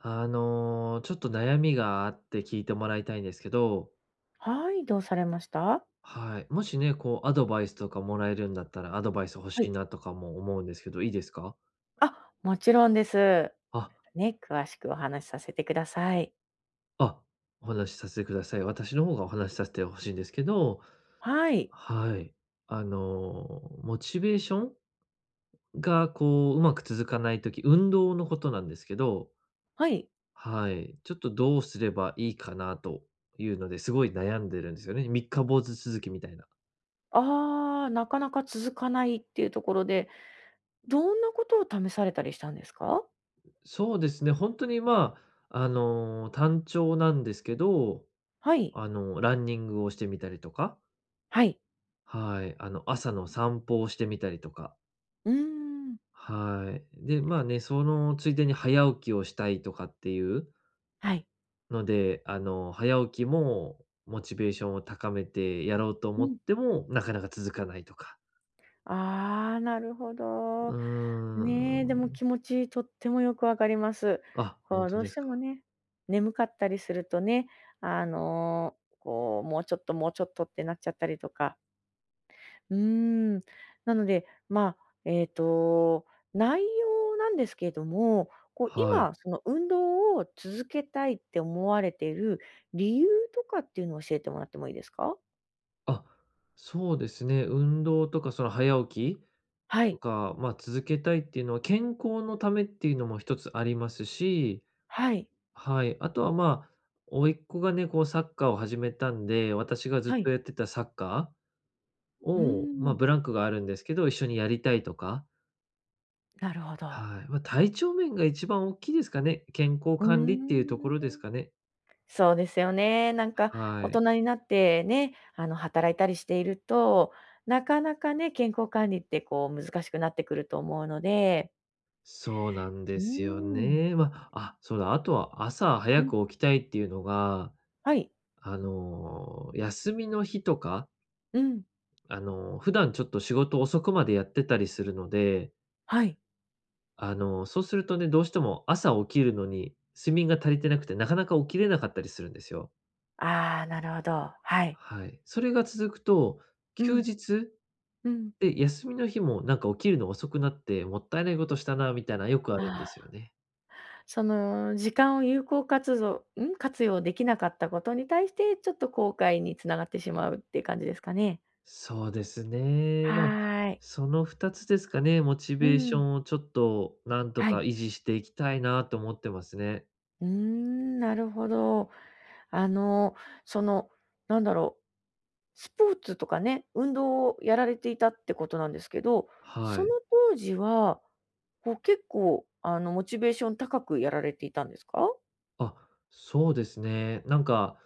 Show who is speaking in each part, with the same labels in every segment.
Speaker 1: ちょっと悩みがあって聞いてもらいたいんですけど、
Speaker 2: はい、どうされました？
Speaker 1: はい。もしね、こうアドバイスとかもらえるんだったら、アドバイス欲し
Speaker 2: は
Speaker 1: い
Speaker 2: い。
Speaker 1: なとかも思うんですけど、いいですか？
Speaker 2: あ、もちろんです。
Speaker 1: あ、
Speaker 2: ね、詳しくお話しさせてください。
Speaker 1: あ、お話しさせてください。私の方がお話しさせて欲しいんですけど、
Speaker 2: はい。
Speaker 1: はい。モチベーションがこううまく続かないとき運動のことなんですけど、
Speaker 2: はい。
Speaker 1: はい。ちょっとどうすればいいかなというので、すごい悩んでるんですよね。三日坊主続きみたいな。
Speaker 2: ああ、なかなか続かないっていうところで、どんなことを試されたりしたんですか？
Speaker 1: そうですね、本当に、まあ、単調なんですけど、
Speaker 2: はい、
Speaker 1: ランニングをしてみたりとか、
Speaker 2: はい。
Speaker 1: はい、朝の散歩をしてみたりとか、
Speaker 2: うーん。
Speaker 1: はい。で、まあね、そのついでに早起きをしたいとかっていう
Speaker 2: はい。
Speaker 1: ので、早起きもモチベーションを高めてやろうと
Speaker 2: う
Speaker 1: 思っ
Speaker 2: ん。
Speaker 1: ても、なかなか続かないとか。
Speaker 2: ああ、なるほ
Speaker 1: うー
Speaker 2: ど。ねえ、でも
Speaker 1: ん。
Speaker 2: 気持ちとってもよくわかります。
Speaker 1: あ、
Speaker 2: こ
Speaker 1: 本
Speaker 2: う、
Speaker 1: 当
Speaker 2: どう
Speaker 1: で
Speaker 2: し
Speaker 1: す
Speaker 2: て
Speaker 1: か。
Speaker 2: もね、眠かったりするとね、あの、こう、もうちょっと、もうちょっとってなっちゃったりとか。うーん。なので、まあ、えっと、内容なんですけれども、こう、
Speaker 1: はい。
Speaker 2: 今、その運動を続けたいって思われている理由とかっていうのを教えてもらってもいいですか？
Speaker 1: あ、そうですね、運動とかその早起き
Speaker 2: は
Speaker 1: と
Speaker 2: い。
Speaker 1: か、まあ、続けたいっていうのは、健康のためっていうのも一つありますし、
Speaker 2: はい。
Speaker 1: はい、あとは、まあ、甥っ子がね、こうサッカーを始めたんで、私がずっ
Speaker 2: は
Speaker 1: と
Speaker 2: い。
Speaker 1: やってたサッカー
Speaker 2: うー
Speaker 1: を、まあ、
Speaker 2: ん。
Speaker 1: ブランクがあるんですけど、一緒にやりたいとか、
Speaker 2: なるほど。
Speaker 1: はい、まあ、体調面が一番大きいですかね。健康
Speaker 2: うー
Speaker 1: 管理っていうところで
Speaker 2: ん。
Speaker 1: すかね。
Speaker 2: そうですよね。なんか
Speaker 1: は
Speaker 2: 大人
Speaker 1: い。
Speaker 2: になってね、働いたりしていると、なかなかね、健康管理ってこう難しくなってくると思うので。
Speaker 1: そうなん
Speaker 2: う
Speaker 1: で
Speaker 2: ー
Speaker 1: すよ
Speaker 2: ん。
Speaker 1: ね。まあ、あ、そうだ、あとは朝
Speaker 2: う
Speaker 1: 早
Speaker 2: ん。
Speaker 1: く起きたいっていうのが、
Speaker 2: はい。
Speaker 1: 休みの日とか
Speaker 2: うん。
Speaker 1: 普段ちょっと仕事遅くまでやってたりするので、
Speaker 2: はい。
Speaker 1: そうするとね、どうしても朝起きるのに睡眠が足りてなくて、なかなか起きれなかったりするんですよ。
Speaker 2: ああ、なるほど。はい。
Speaker 1: はい。それが続くと、
Speaker 2: う
Speaker 1: 休
Speaker 2: ん、
Speaker 1: 日
Speaker 2: うん。
Speaker 1: で休みの日もなんか起きるの遅くなって、もったいないことしたなみたいなよくあ
Speaker 2: あ
Speaker 1: るんですよ
Speaker 2: あ、
Speaker 1: ね。
Speaker 2: その時間を有効活ぞん、活用できなかったことに対して、ちょっと後悔に繋がってしまうっていう感じですかね？
Speaker 1: そうですね。まあ、
Speaker 2: はーい。
Speaker 1: その2つですかね、モチ
Speaker 2: う
Speaker 1: ベーショ
Speaker 2: ん、
Speaker 1: ンをちょっとなんと
Speaker 2: は
Speaker 1: か
Speaker 2: い。
Speaker 1: 維持していきたいなと思ってますね。
Speaker 2: うーん、なるほど。あの、その、なんだろう、スポーツとかね、運動をやられていたってことなんですけど、そ
Speaker 1: は
Speaker 2: の
Speaker 1: い。
Speaker 2: 当時は、こう結構モチベーション高くやられていたんですか？
Speaker 1: あ、そうですね。なんか、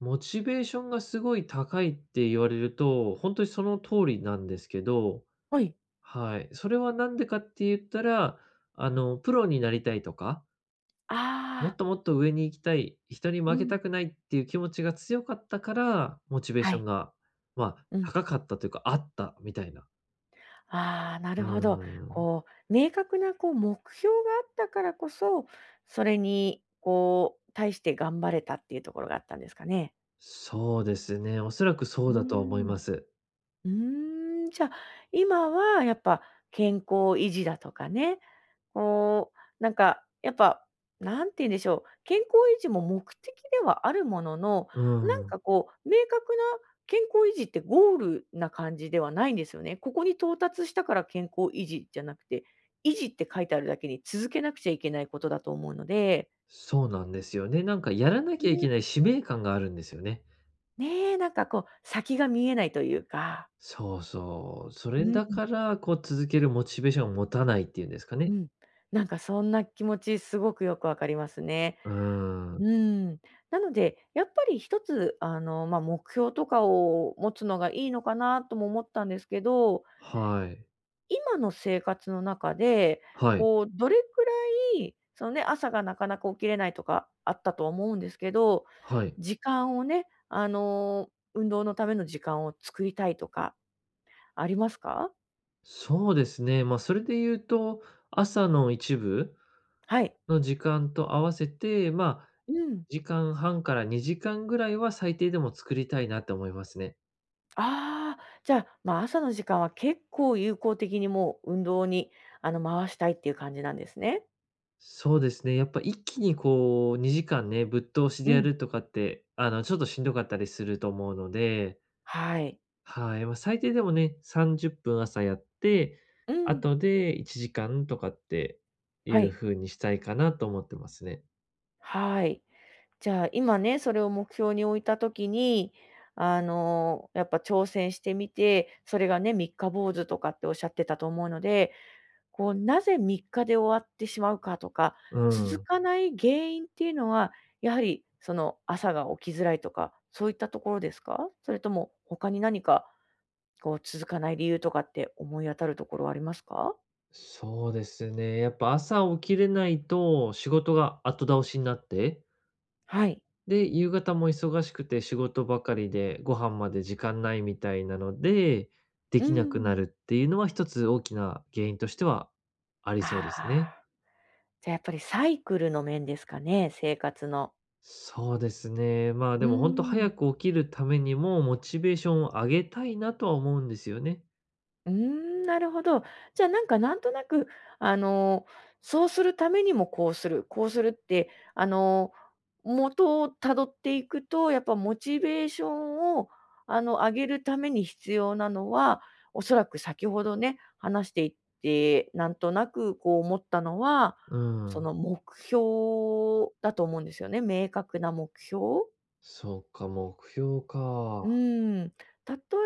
Speaker 1: モチベーションがすごい高いって言われると、ほんとにその通りなんですけど、
Speaker 2: はい。
Speaker 1: はい。それはなんでかって言ったら、プロになりたいとか、も
Speaker 2: あ
Speaker 1: っ
Speaker 2: あ、
Speaker 1: ともっと上に行きたい、人に
Speaker 2: う
Speaker 1: 負け
Speaker 2: ん。
Speaker 1: たくないっていう気持ちが強かったから、モチベー
Speaker 2: は
Speaker 1: ション
Speaker 2: い。
Speaker 1: が、まあ、
Speaker 2: うん。
Speaker 1: 高かったというか、あったみたいな。
Speaker 2: ああ、なる
Speaker 1: う
Speaker 2: ほど。
Speaker 1: ん。
Speaker 2: こう、明確なこう目標があったからこそ、それにこう、対して頑張れたっていうところがあったんですかね？
Speaker 1: そうですね、おそらくそ
Speaker 2: う
Speaker 1: う
Speaker 2: ー
Speaker 1: だと思い
Speaker 2: ん。
Speaker 1: ます。
Speaker 2: うーん、じゃあ、今はやっぱ健康維持だとかね、こう、なんか、やっぱ、なんて言うんでしょう、健康維持も目的ではあるものの、
Speaker 1: う
Speaker 2: なん
Speaker 1: ーん。
Speaker 2: かこう、明確な健康維持ってゴールな感じではないんですよね。ここに到達したから健康維持じゃなくて、維持って書いてあるだけに続けなくちゃいけないことだと思うので、
Speaker 1: そうなんですよね。なんかやらな
Speaker 2: う
Speaker 1: きゃい
Speaker 2: ん。
Speaker 1: けない使命感があるんですよね。
Speaker 2: ねえ、なんかこう、先が見えないというか、
Speaker 1: そうそう。それ
Speaker 2: うん、
Speaker 1: だから、こう続けるモチベーションを持たないっていうんですか
Speaker 2: う
Speaker 1: ね。
Speaker 2: ん、なんかそんな気持ちすごくよくわかりますね。
Speaker 1: うーん。
Speaker 2: うん。なので、やっぱり一つ、まあ、目標とかを持つのがいいのかなとも思ったんですけど、
Speaker 1: はい。
Speaker 2: 今の生活の中で、
Speaker 1: はい。
Speaker 2: こう、どれくらい、そのね、朝がなかなか起きれないとかあったと思うんですけど、
Speaker 1: はい。
Speaker 2: 時間をね、運動のための時間を作りたいとかありますか？
Speaker 1: そうですね。ま、あそれで言うと、朝の一部
Speaker 2: はい。
Speaker 1: の時間と合わせて、まあ、
Speaker 2: うん。
Speaker 1: 時間半かんはんから2時間ぐらいは最低でも作りたいなって思いますね。
Speaker 2: ああ、じゃあ、まあ、朝の時間は結構有効的にもう運動に、回したいっていう感じなんですね。
Speaker 1: そうですね、やっぱ一気にこう2時間ね、ぶっ通し
Speaker 2: う
Speaker 1: でや
Speaker 2: ん。
Speaker 1: るとかって、ちょっとしんどかったりすると思うので、
Speaker 2: はい。
Speaker 1: はい、まあ、最低でもね、30分朝やって、
Speaker 2: うん。
Speaker 1: 後で1時間とかってい
Speaker 2: は
Speaker 1: う
Speaker 2: い。
Speaker 1: 風にしたいかなと思ってますね。
Speaker 2: はい。じゃあ、今ね、それを目標に置いたときに、やっぱ挑戦してみて、それがね、三日坊主とかっておっしゃってたと思うので、こう、なぜ3日で終わってしまうかとか、
Speaker 1: う
Speaker 2: 続
Speaker 1: ん。
Speaker 2: かない原因っていうのは、やはりその朝が起きづらいとか、そういったところですか？それとも他に何かこう続かない理由とかって思い当たるところはありますか？
Speaker 1: そうですね、やっぱ朝起きれないと仕事が後倒しになって
Speaker 2: はい。
Speaker 1: で、夕方も忙しくて仕事ばかりで、ご飯まで時間ないみたいなので、で
Speaker 2: う
Speaker 1: きなく
Speaker 2: ん。
Speaker 1: なるっていうのは一つ大きな原因としてはありそうです
Speaker 2: あ
Speaker 1: ね。
Speaker 2: あ。じゃあ、やっぱりサイクルの面ですかね、生活の。
Speaker 1: そうですね。まあ、
Speaker 2: う
Speaker 1: で
Speaker 2: ー
Speaker 1: も本当早
Speaker 2: ん。
Speaker 1: く起きるためにも、モチベーションを上げたいなとは思うんですよね。
Speaker 2: うーん、なるほど。じゃあ、なんか、なんとなく、あの、そうするためにもこうする、こうするって、元をたどっていくと、やっぱモチベーションを、上げるために必要なのは、おそらく先ほどね、話していってなんとなくこう思ったのは、
Speaker 1: う
Speaker 2: そ
Speaker 1: ん。
Speaker 2: の目標だと思うんですよね。明確な目標。
Speaker 1: そうか、目標
Speaker 2: う
Speaker 1: か。
Speaker 2: ーん、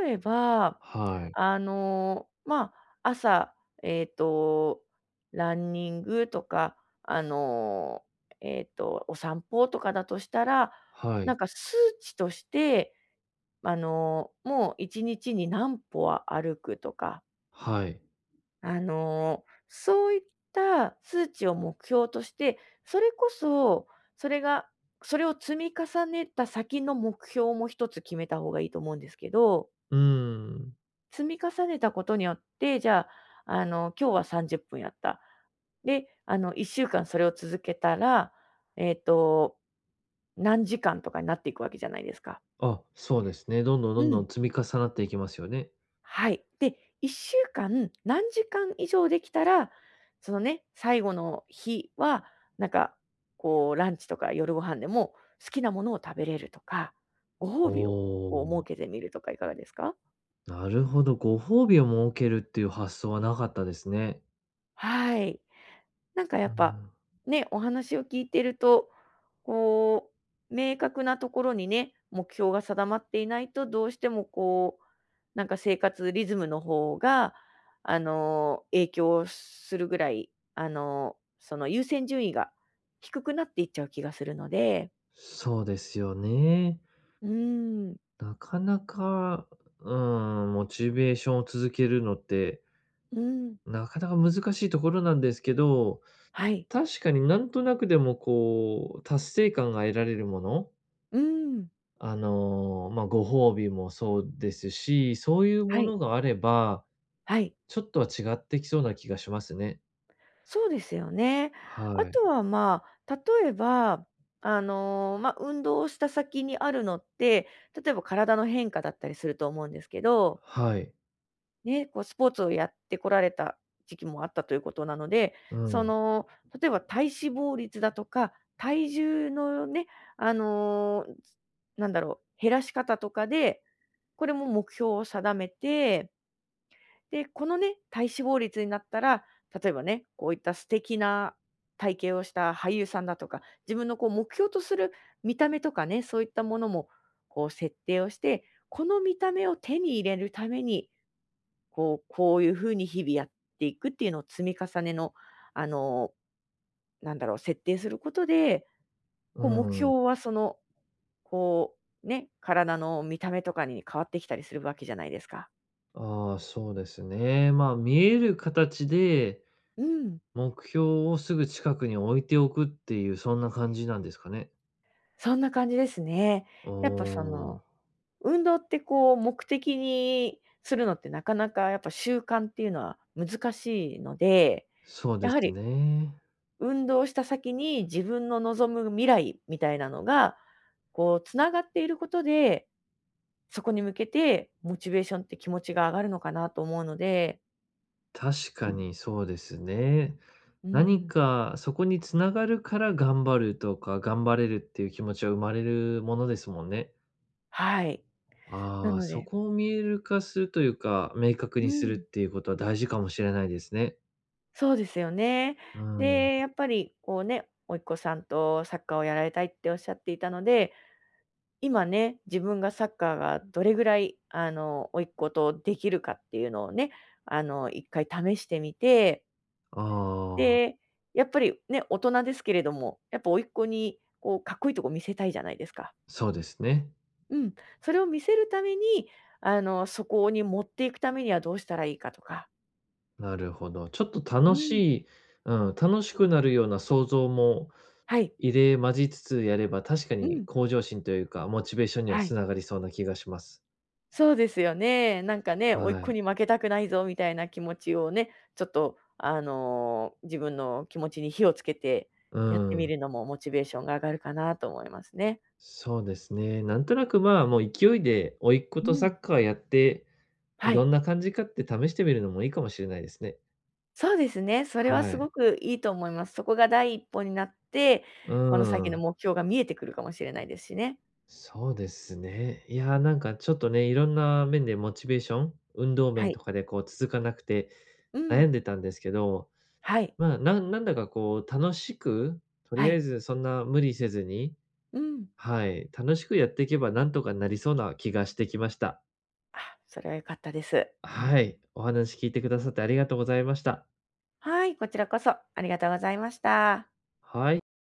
Speaker 2: 例えば、
Speaker 1: はい。
Speaker 2: まあ、朝、えっと、ランニングとか、あの、お散歩とかだとしたら、
Speaker 1: は
Speaker 2: なん
Speaker 1: い。
Speaker 2: か数値として、もう1日にちに何歩は歩くとか、
Speaker 1: はい。
Speaker 2: そういった数値を目標として、それこそ、それがそれを積み重ねた先の目標も一つ決めた方がいいと思うんですけど、
Speaker 1: うーん。
Speaker 2: 積み重ねたことによって、じゃあ、今日は30分やった。で、1週間それを続けたら、えっと、何時間とかになっていくわけじゃないですか。
Speaker 1: あ、そうですね。どんどん
Speaker 2: う
Speaker 1: どんど
Speaker 2: ん。
Speaker 1: ん積み重なっていきますよね。
Speaker 2: はい。で、1週間何時間以上できたら、そのね、最後の日は、なんか、こう、ランチとか夜ご飯でも好きなものを食べれるとか、ご
Speaker 1: お
Speaker 2: 褒美をこう設
Speaker 1: お。
Speaker 2: けてみるとかいかがですか？
Speaker 1: なるほど、ご褒美を設けるっていう発想はなかったですね。
Speaker 2: はい。なんかや
Speaker 1: う
Speaker 2: っぱ、
Speaker 1: ん、
Speaker 2: ね、お話を聞いてると、こう、明確なところにね、目標が定まっていないと、どうしてもこう、なんか生活リズムの方が、影響するぐらい、その優先順位が低くなっていっちゃう気がするので、
Speaker 1: そうですよね。
Speaker 2: うーん、
Speaker 1: なかなか、うん、モチベーションを続けるのって、
Speaker 2: うーん、
Speaker 1: なかなか難しいところなんですけど、
Speaker 2: はい、
Speaker 1: 確かになんとなくでもこう、達成感が得られるもの、
Speaker 2: うーん、
Speaker 1: ま、あご褒美もそうですし、そういう
Speaker 2: は
Speaker 1: も
Speaker 2: い、
Speaker 1: のがあれば、
Speaker 2: はい。
Speaker 1: ちょっとは違ってきそうな気がしますね。
Speaker 2: そうですよね。あ
Speaker 1: はい。
Speaker 2: とは、まあ、例えば、まあ、運動をした先にあるのって、例えば体の変化だったりすると思うんですけど、
Speaker 1: はい。
Speaker 2: ね、こうスポーツをやってこられた時期もあったということなので、
Speaker 1: う
Speaker 2: そ
Speaker 1: ん、
Speaker 2: の、例えば体脂肪率だとか、体重のね、あの、なんだろう、減らし方とかで、これも目標を定めて、で、このね、体脂肪率になったら、例えばね、こういった素敵な体型をした俳優さんだとか、自分のこう目標とする見た目とかね、そういったものもこう設定をして、この見た目を手に入れるために、こうこういう風に日々やっていくっていうのを積み重ねの、あの、なんだろう、設定することで、
Speaker 1: う
Speaker 2: こう目
Speaker 1: ん。
Speaker 2: 標はその、こう、ね、体の見た目とかに変わってきたりするわけじゃないですか。
Speaker 1: ああ、そうですね。まあ、見える形で
Speaker 2: うん、
Speaker 1: 目標をすぐ近くに置いておくっていう、そんな感じなんですかね。
Speaker 2: そんな感じですね。
Speaker 1: お
Speaker 2: やっぱその
Speaker 1: ー、
Speaker 2: 運動ってこう目的にするのってなかなかやっぱ習慣っていうのは難しいので、
Speaker 1: そうで
Speaker 2: やは
Speaker 1: す
Speaker 2: り
Speaker 1: ね。
Speaker 2: 運動した先に自分の望む未来みたいなのが、こうつながっていることで、そこに向けてモチベーションって気持ちが上がるのかなと思うので、
Speaker 1: 確かにそうですね。
Speaker 2: う
Speaker 1: 何
Speaker 2: ん、
Speaker 1: かそこに繋がるから頑張るとか、頑張れるっていう気持ちは生まれるものですもんね。
Speaker 2: はい。な
Speaker 1: ああ、
Speaker 2: の
Speaker 1: そ
Speaker 2: で
Speaker 1: こを見える化するというか、明確
Speaker 2: う
Speaker 1: にするっ
Speaker 2: ん、
Speaker 1: ていうことは大事かもしれないですね。
Speaker 2: そうですよね。
Speaker 1: うん、
Speaker 2: で、やっぱりこうね、甥っ子さんとサッカーをやられたいっておっしゃっていたので、今ね、自分がサッカーがどれぐらい、甥っ子とできるかっていうのをね、一回試してみて、
Speaker 1: ああ、
Speaker 2: で、やっぱりね、大人ですけれども、やっぱ甥っ子にこうかっこいいとこ見せたいじゃないですか。
Speaker 1: そうですね。
Speaker 2: うん。それを見せるために、そこに持っていくためにはどうしたらいいかとか。
Speaker 1: なるほど。ちょっと
Speaker 2: う
Speaker 1: 楽し
Speaker 2: ん。
Speaker 1: い、うん、楽しくなるような想像も
Speaker 2: はい。
Speaker 1: 入れ混じりつつやれば、確か
Speaker 2: う
Speaker 1: に
Speaker 2: ん。
Speaker 1: 向上心というか、モチベーションには
Speaker 2: は
Speaker 1: つ
Speaker 2: い。
Speaker 1: ながりそうな気がします。
Speaker 2: そうですよね。なんかね、甥っ
Speaker 1: は
Speaker 2: 子
Speaker 1: い。
Speaker 2: に負けたくないぞみたいな気持ちをね、ちょっと自分の気持ちに火をつけて
Speaker 1: う
Speaker 2: やってみ
Speaker 1: ん。
Speaker 2: るのもモチベーションが上がるかなと思いますね。
Speaker 1: そうですね。なんとなく、まあ、もう勢いで甥っ子
Speaker 2: う
Speaker 1: とサ
Speaker 2: ん。
Speaker 1: ッカーやって、
Speaker 2: は
Speaker 1: ど
Speaker 2: い。
Speaker 1: んな感じかって試してみるのもいいかもしれないですね。
Speaker 2: そうですね、それは
Speaker 1: は
Speaker 2: すご
Speaker 1: い。
Speaker 2: くいいと思います。そこが第一歩になって、
Speaker 1: う
Speaker 2: この先の
Speaker 1: ん。
Speaker 2: 目標が見えてくるかもしれないですしね。
Speaker 1: そうですね。いやー、なんかちょっとね、いろんな面でモチベーション、運動
Speaker 2: は
Speaker 1: 面
Speaker 2: い。
Speaker 1: とかでこう続かなくて
Speaker 2: うん。
Speaker 1: 悩んでたんですけど、
Speaker 2: はい。
Speaker 1: まあ、なんなんだかこう楽しく、と
Speaker 2: は
Speaker 1: りあえ
Speaker 2: い。
Speaker 1: ずそんな無理せずに、
Speaker 2: うん。
Speaker 1: はい、楽しくやっていけばなんとかなりそうな気がしてきました。
Speaker 2: あ、それは良かったです。
Speaker 1: はい、お話聞いてくださってありがとうございました。
Speaker 2: はい、こちらこそありがとうございました。
Speaker 1: はい。